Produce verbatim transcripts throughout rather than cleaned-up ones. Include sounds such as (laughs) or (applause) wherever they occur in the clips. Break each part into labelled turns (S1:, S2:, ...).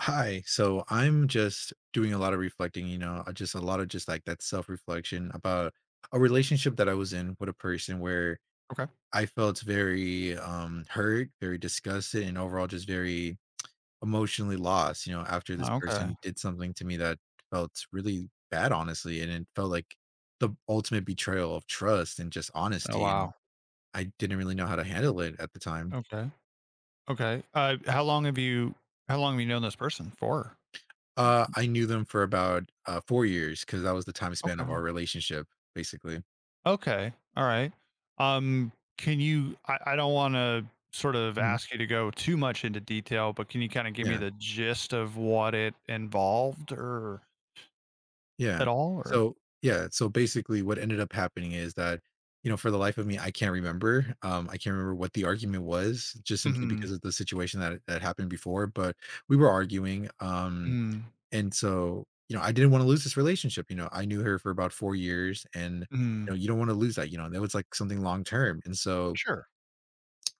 S1: Hi. So I'm just doing a lot of reflecting, you know, uh, just a lot of just like that self reflection about a relationship that I was in with a person where
S2: Okay.
S1: I felt very um hurt, very disgusted, and overall just very emotionally lost, you know, after this
S2: Oh, okay.
S1: person did something to me that felt really bad, honestly. And it felt like the ultimate betrayal of trust and just
S2: Oh,
S1: honesty. And
S2: wow.
S1: I didn't really know how to handle it at the time.
S2: Okay. Okay. Uh, how long have you how long have you known this person for?
S1: Uh, I knew them for about, uh, four years because that was the time span of our
S2: Okay.
S1: relationship, basically.
S2: Okay. All right. Um, can you I, I don't wanna sort of
S1: Mhm.
S2: ask you to go too much into detail, but can you kind of give me
S1: Yeah,
S2: the gist of what it involved or
S1: yeah.
S2: at all or.
S1: So yeah, so basically what ended up happening is that, you know, for the life of me, I can't remember, um, I can't remember what the argument was just simply
S2: Mhm.
S1: because of the situation that that happened before, but we were arguing, um,
S2: Hmm.
S1: and so, you know, I didn't wanna lose this relationship. You know, I knew her for about four years and, you
S2: Mhm.
S1: know, you don't wanna lose that. You know, that was, like, something long term, and so
S2: Sure.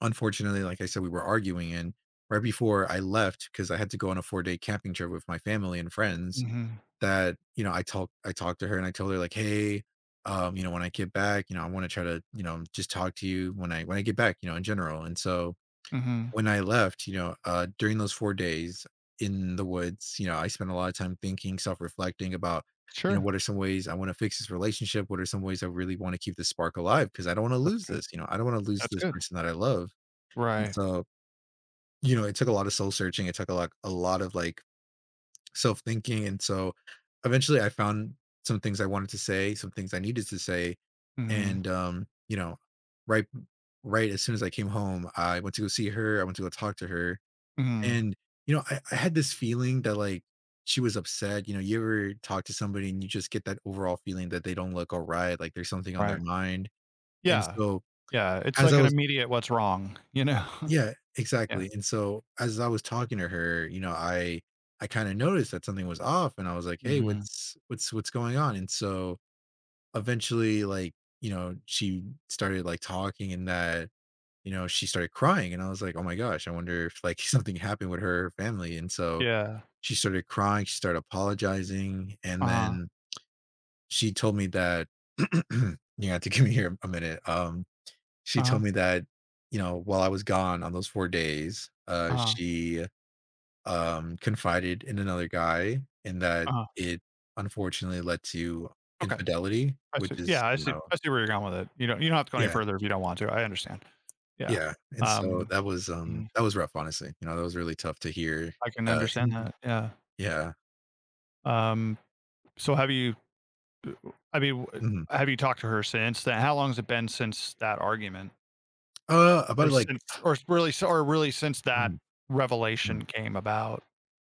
S1: unfortunately, like I said, we were arguing, and right before I left, because I had to go on a four-day camping trip with my family and friends,
S2: Mhm.
S1: that, you know, I talked I talked to her and I told her like, "Hey, um, you know, when I get back, you know, I wanna try to, you know, just talk to you when I when I get back, you know, in general." And so
S2: Mhm.
S1: when I left, you know, uh, during those four days in the woods, you know, I spent a lot of time thinking, self-reflecting about, you know,
S2: Sure.
S1: what are some ways I wanna fix this relationship? What are some ways I really wanna keep this spark alive? Because I don't wanna
S2: That's
S1: lose
S2: good.
S1: this. You know, I don't wanna lose
S2: That's
S1: this
S2: good.
S1: person that I love. And
S2: Right.
S1: so you know, it took a lot of soul searching. It took a lot, a lot of like self thinking. And so eventually I found some things I wanted to say, some things I needed to say.
S2: Mhm.
S1: And, um, you know, right, right as soon as I came home, I went to go see her. I went to go talk to her.
S2: Mhm.
S1: And, you know, I, I had this feeling that like she was upset. You know, you ever talk to somebody and you just get that overall feeling that they don't look all right, like there's something on their
S2: Right.
S1: mind. And
S2: Yeah.
S1: so
S2: Yeah, it's
S1: as
S2: like
S1: I
S2: an
S1: was
S2: immediate "What's wrong?" You know? (laughs)
S1: Yeah,
S2: Yeah.
S1: exactly, and so, as I was talking to her, you know, I I kinda noticed that something was off, and I was like, "Hey,
S2: Mhm.
S1: what's what's what's going on?" And so, eventually, like, you know, she started, like, talking and that, you know, she started crying, and I was like, "Oh my gosh, I wonder if, like, (laughs) something happened with her family," and so,
S2: Yeah.
S1: she started crying, she started apologizing, and
S2: Uh-huh.
S1: then she told me that (clears throat) you have to give me here a minute, um she told
S2: Uh-huh.
S1: me that, you know, while I was gone on those four days, uh,
S2: Uh-huh.
S1: she, um, confided in another guy and that
S2: Uh-huh.
S1: it unfortunately led to
S2: Okay.
S1: infidelity,
S2: I
S1: which
S2: see.
S1: is,
S2: Yeah, I
S1: you
S2: see
S1: know
S2: I see where you're going with it. You don't you don't have to go any
S1: Yeah,
S2: further if you don't want to. I understand. Yeah.
S1: yeah, and so
S2: Um,
S1: that was, um,
S2: mhm,
S1: that was rough, honestly, you know, that was really tough to hear,
S2: I can
S1: uh,
S2: understand
S1: and
S2: that. Yeah.
S1: Yeah,
S2: Um, so have you I mean, w
S1: mhm.
S2: have you talked to her since then? How long has it been since that argument?
S1: Uh, about,
S2: Or
S1: like
S2: since
S1: (clears throat)
S2: or really or really since that
S1: mhm, mhm,
S2: revelation came about?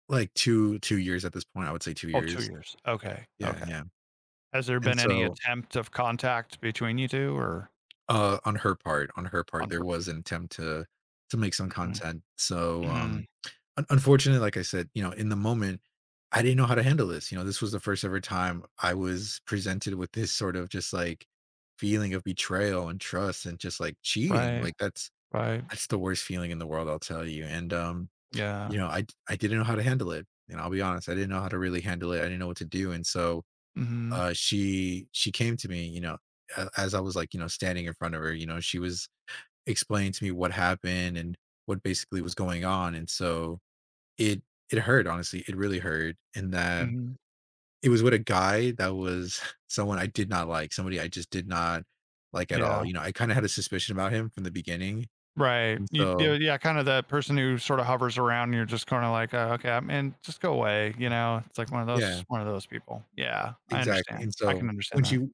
S1: like 2 2 years at this point, I would say two
S2: Oh, two
S1: years.
S2: years. Okay.
S1: Yeah,
S2: Okay.
S1: yeah,
S2: Has there
S1: and
S2: been any
S1: so
S2: attempt of contact between you two or
S1: Uh, on her part on her part,
S2: on
S1: there
S2: her,
S1: was an attempt to to make some
S2: mhm,
S1: content, so, um,
S2: mhm,
S1: un unfortunately, like I said, you know, in the moment, I didn't know how to handle this. You know, this was the first ever time I was presented with this sort of just, like, feeling of betrayal and trust and just, like, cheating,
S2: right,
S1: like, that's
S2: right,
S1: that's the worst feeling in the world, I'll tell you, and, um,
S2: yeah,
S1: you know, I d I didn't know how to handle it, and I'll be honest, I didn't know how to really handle it, I didn't know what to do, and so,
S2: mhm,
S1: uh, she she came to me, you know, a as I was, like, you know, standing in front of her, you know, she was explained to me what happened and what basically was going on. And so it it hurt, honestly. It really hurt. And that
S2: mhm,
S1: it was with a guy that was (laughs) someone I did not like, somebody I just did not like at all.
S2: yeah,
S1: You know, I kind of had a suspicion about him from the beginning.
S2: right,
S1: And
S2: you
S1: so
S2: do, yeah, kinda that person who sorta hovers around and you're just kinda like, "Oh, okay, I mean, just go away," you know, it's like one of
S1: yeah,
S2: those one of those people. Yeah, I
S1: exactly.
S2: understand,
S1: And
S2: I
S1: so
S2: can
S1: when
S2: understand that.
S1: she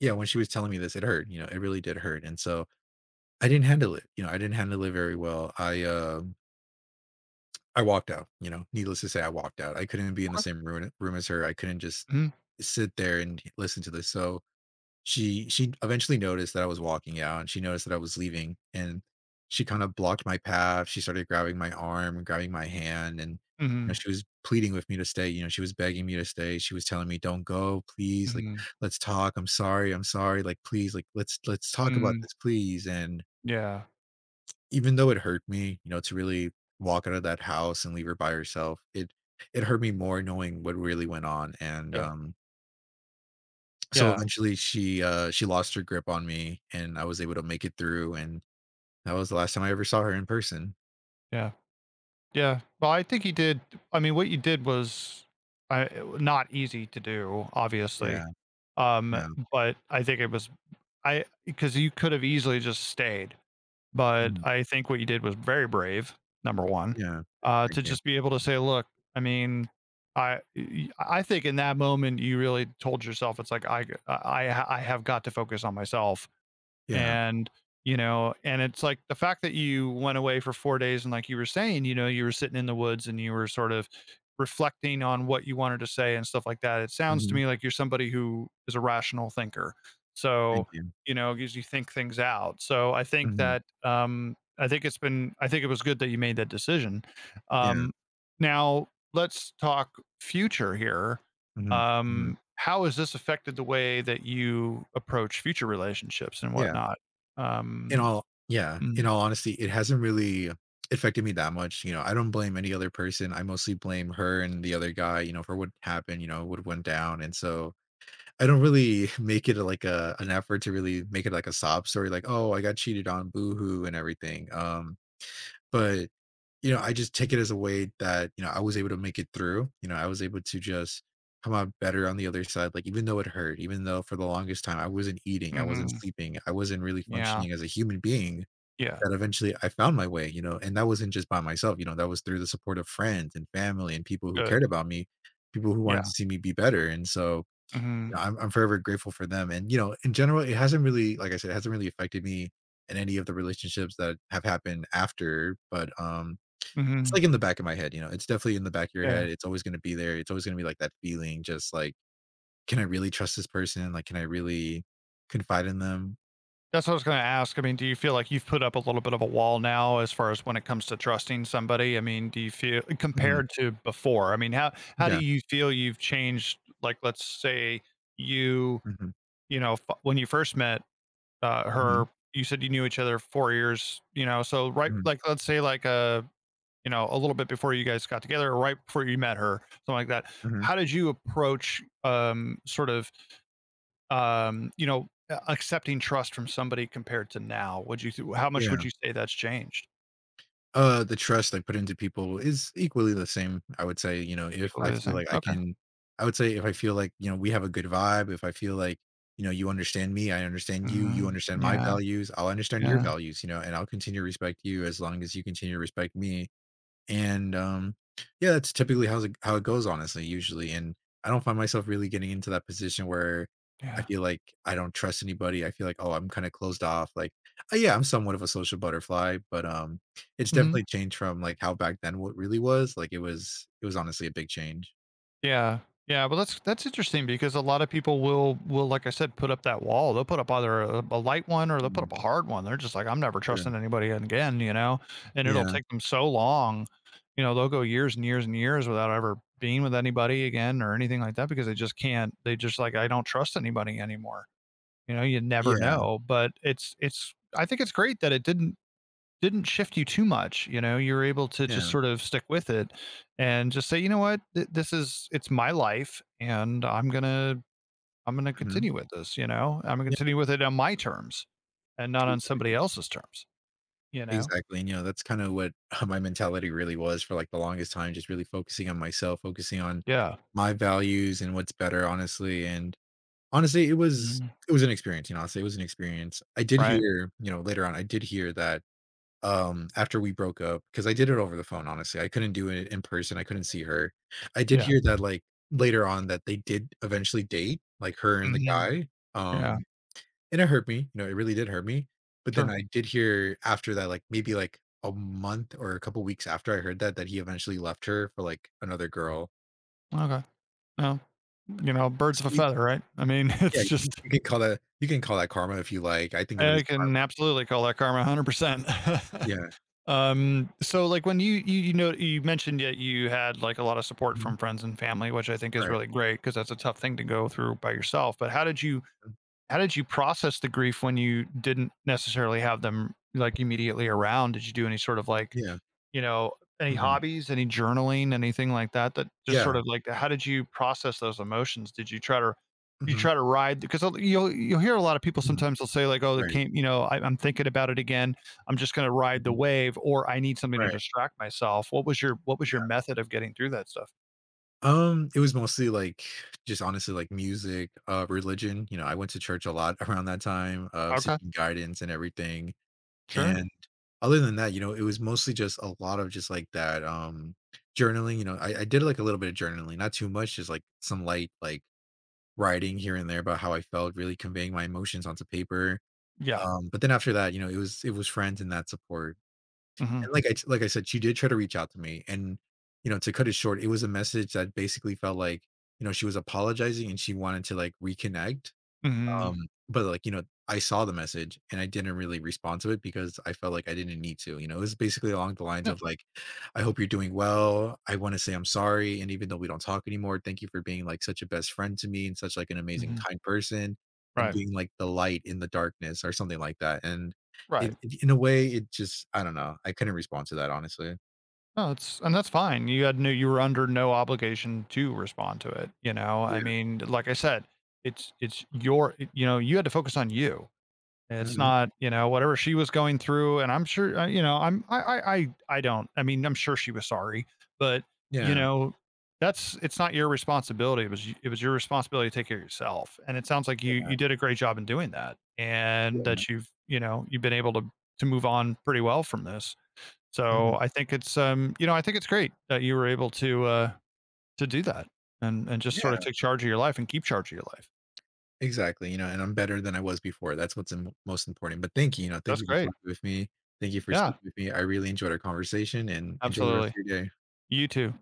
S1: yeah, when she was telling me this, it hurt, you know, it really did hurt. And so I didn't handle it. You know, I didn't handle it very well. I um I walked out. You know, needless to say, I walked out. I couldn't be in the
S2: Okay.
S1: same room, room as her. I couldn't just
S2: Mhm,
S1: sit there and listen to this. So she she eventually noticed that I was walking out and she noticed that I was leaving and she kind of blocked my path. She started grabbing my arm and grabbing my hand and you know
S2: mhm,
S1: she was pleading with me to stay. You know, she was begging me to stay. She was telling me, "Don't go, please. Like
S2: mhm,
S1: let's talk. I'm sorry. I'm sorry. Like please like let's let's talk about
S2: mhm,
S1: this, please." And
S2: yeah,
S1: even though it hurt me, you know, to really walk out of that house and leave her by herself, it it hurt me more knowing what really went on and
S2: yeah,
S1: um So
S2: yeah,
S1: eventually she, uh, she lost her grip on me and I was able to make it through, and that was the last time I ever saw her in person.
S2: yeah, yeah, well, I think he did. I mean, what you did was, I not easy to do,
S1: Yeah,
S2: obviously. Um,
S1: yeah,
S2: but I think it was. I Because you could have easily just stayed, but
S1: mhm,
S2: I think what you did was very brave, number one.
S1: yeah.
S2: Uh,
S1: Thank
S2: to
S1: you.
S2: just be able to say, "Look, I mean, I y I think in that moment, you really told yourself, it's like, I I I have got to focus on myself,
S1: Yeah,
S2: and you know, and it's like the fact that you went away for four days, and like you were saying, you know, you were sitting in the woods and you were sort of reflecting on what you wanted to say and stuff like that. It sounds to
S1: mhm,
S2: me like you're somebody who is a rational thinker,
S1: thank
S2: so
S1: you.
S2: you know, gives you think things out. So I think
S1: Mhm,
S2: that um I think it's been I think it was good that you made that decision.
S1: yeah,
S2: Um, now let's talk future here.
S1: mhm, mhm,
S2: um, how has this affected the way that you approach future relationships and
S1: yeah.
S2: whatnot?
S1: In
S2: Um,
S1: all yeah, in
S2: mm,
S1: all honesty, it hasn't really affected me that much. You know, I don't blame any other person, I mostly blame her and the other guy, you know, for what happened, you know, what went down, and so I don't really make it like a an effort to really make it like a sob story, like, "Oh, I got cheated on, boohoo, and everything." Um, but you know, I just take it as a way that you know I was able to make it through. You know, I was able to just come out better on the other side. Like, even though it hurt, even though for the longest time I wasn't eating, I wasn't
S2: mhm,
S1: sleeping, I wasn't really
S2: yeah,
S1: functioning as a human being.
S2: yeah,
S1: That eventually I found my way. You know, and that wasn't just by myself. You know, that was through the support of friends and family and people who
S2: good,
S1: cared about me, people who
S2: yeah,
S1: wanted to see me be better. And so
S2: hmm,
S1: I'm I'm forever grateful for them, and, you know, in general, it hasn't really like I said, it hasn't really affected me in any of the relationships that have happened after, but, um, it's,
S2: hmm,
S1: like, in the back of my head, you know? It's definitely in the back of your
S2: yeah.
S1: head, it's always gonna be there, it's always gonna be, like, that feeling just, like, "Can I really trust this person? Like, can I really confide in them?"
S2: That's what I was going to ask. I mean, do you feel like you've put up a little bit of a wall now as far as when it comes to trusting somebody? I mean, do you feel
S1: Mhm.
S2: compared to before? I mean, how how do
S1: Yeah.
S2: you feel you've changed? Like, let's say you
S1: Mhm.
S2: you know, f- when you first met, uh,
S1: Mhm.
S2: her, you said you knew each other four years, you know, so right,
S1: Mhm.
S2: like let's say like, uh you know, a little bit before you guys got together or right before you met her, something like that.
S1: Mhm.
S2: How did you approach, um, sort of, um, you know, a- accepting trust from somebody compared to now? Would you th- how much would
S1: Yeah.
S2: you say that's changed?
S1: Uh, the trust I put into people is equally the same, I would say. You know, if I
S2: Equally the
S1: feel
S2: same.
S1: like I
S2: Okay.
S1: can I would say if I feel like, you know, we have a good vibe, if I feel like, you know, you understand me, I understand you, you
S2: Mm,
S1: understand my
S2: yeah,
S1: values, I'll understand your
S2: yeah,
S1: values, you know, and I'll continue to respect you as long as you continue to respect me. And um, yeah, that's typically how it how it goes, honestly, usually. And I don't find myself really getting into that position where I
S2: yeah.
S1: feel like I don't trust anybody. I feel like, oh, I'm kind of closed off. Like, uh, yeah, I'm somewhat of a social butterfly, but um, it's
S2: Mhm.
S1: definitely changed from like how back then what really was. Like, it was it was honestly a big change.
S2: Yeah. Yeah, well, that's that's interesting because a lot of people will, will like I said, put up that wall. They'll put up either a, a light one, or they'll put
S1: Mm,
S2: up a hard one. They're just like, I'm never
S1: sure.
S2: trusting anybody again, you know. And it'll
S1: Yeah.
S2: take them so long, you know, they'll go years and years and years without ever being with anybody again or anything like that because they just can't. They just like, I don't trust anybody anymore. You know, you never
S1: Yeah.
S2: know, but it's it's I think it's great that it didn't didn't shift you too much. You know, you were able to just
S1: Yeah.
S2: sort of stick with it and just say, you know what? Th- this is, it's my life, and i'm gonna i'm gonna
S1: Mhm.
S2: continue with this, you know, I'm gonna
S1: Yeah.
S2: continue with it on my terms and not on somebody
S1: Exactly.
S2: else's terms, you know.
S1: Exactly, and, you know, that's kinda what, (laughs) my mentality really was for, like, the longest time, just really focusing on myself, focusing on
S2: Yeah.
S1: my values and what's better, honestly, and honestly, it was
S2: Mhm.
S1: it was an experience. You know, I say it was an experience. I did
S2: Right.
S1: hear, you know, later on, I did hear that, um, after we broke up because I did it over the phone, honestly, I couldn't do it in person, I couldn't see her. I did
S2: Yeah.
S1: hear that, like, later on that they did eventually date, like, her and the
S2: Hmm.
S1: guy,
S2: Yeah.
S1: um and it hurt me, you know, it really did hurt me, but then
S2: Sure.
S1: I did hear after that, like, maybe, like, a month or a couple weeks after I heard that, that he eventually left her for, like, another girl.
S2: Okay. No, you know, birds of
S1: So
S2: a
S1: you
S2: feather, right? I mean, (laughs)
S1: yeah,
S2: it's
S1: you can
S2: just,
S1: you can call that you can call that karma if you like, I think of it as
S2: I
S1: karma.
S2: can absolutely call that karma one hundred percent. (laughs)
S1: Yeah.
S2: Um, so like, when you, you, you know, you mentioned that you had like a lot of support
S1: Mhm.
S2: from friends and family, which I think is
S1: Right.
S2: really great because that's a tough thing to go through by yourself. But how did you
S1: Mm.
S2: how did you process the grief when you didn't necessarily have them like immediately around? Did you do any sort of like,
S1: Yeah.
S2: you know, any
S1: Mhm.
S2: hobbies, any journaling, anything like that, that just sort
S1: Yeah.
S2: of like, how did you process those emotions? Did you try to you
S1: Mhm.
S2: try to ride? Because I'll- you'll you'll hear a lot of people,
S1: Mhm.
S2: sometimes they'll say like, "Oh, that
S1: Right.
S2: came, you know, I, I'm thinking about it again. I'm just going to ride the
S1: Mhm.
S2: wave, or I need something to
S1: Right.
S2: distract myself." What was your What was
S1: Yeah.
S2: your method of getting through that stuff?
S1: Um, it was mostly, like, just honestly, like, music, uh, religion, you know, I went to church a lot (laughs) around that time, uh,
S2: Okay.
S1: seeking guidance and everything.
S2: Sure.
S1: And other than that, you know, it was mostly just a lot of just like that um journaling. You know, I, I did like a little bit of journaling, not too much, just like some light like writing here and there about how I felt, really conveying my emotions onto paper.
S2: Yeah.
S1: Um, but then after that, you know, it was it was friends and that support.
S2: Hmm.
S1: And like I t- like I said, she did try to reach out to me. And, you know, to cut it short, it was a message that basically felt like, you know, she was apologizing and she wanted to like reconnect um,
S2: Hmm.
S1: but, like, you know, I saw the message and I didn't really respond to it because I felt like I didn't need to, you know? It was basically along the lines
S2: Yeah.
S1: of, like, "I hope you're doing well. I wanna say I'm sorry, and even though we don't talk anymore, thank you for being, like, such a best friend to me and such, like, an amazing,
S2: Hmm.
S1: kind person, and
S2: Right.
S1: being, like, the light in the darkness," or something like that, and it
S2: Right.
S1: it in a way, it just I don't know. I couldn't respond to that, honestly.
S2: No, it's, and that's fine. You had no, you were under no obligation to respond to it, you know? I
S1: Yeah.
S2: mean, like I said, it's it's your, you know, you had to focus on you. It's
S1: Mhm.
S2: not, you know, whatever she was going through, and I'm sure, uh, you know, I'm I I I I don't. I mean, I'm sure she was sorry, but you
S1: Yeah.
S2: know, that's, it's not your responsibility. It was y- it was your responsibility to take care of yourself. And it sounds like you
S1: Yeah,
S2: you did a great job in doing that, and
S1: yeah.
S2: that you've, you know, you've been able to to move on pretty well from this.
S1: Mhm.
S2: So I think it's, um, you know, I think it's great that you were able to, uh, to do that, and and just sort of
S1: Yeah.
S2: take charge of your life and keep charge of your life.
S1: Exactly, you know, and I'm better than I was before. That's what's im most important, but thank you, you know, thank
S2: That's
S1: you for
S2: great.
S1: talking with me. Thank you for
S2: Yeah,
S1: speaking with me. I really enjoyed our conversation and enjoy the rest
S2: absolutely.
S1: of your day.
S2: You too.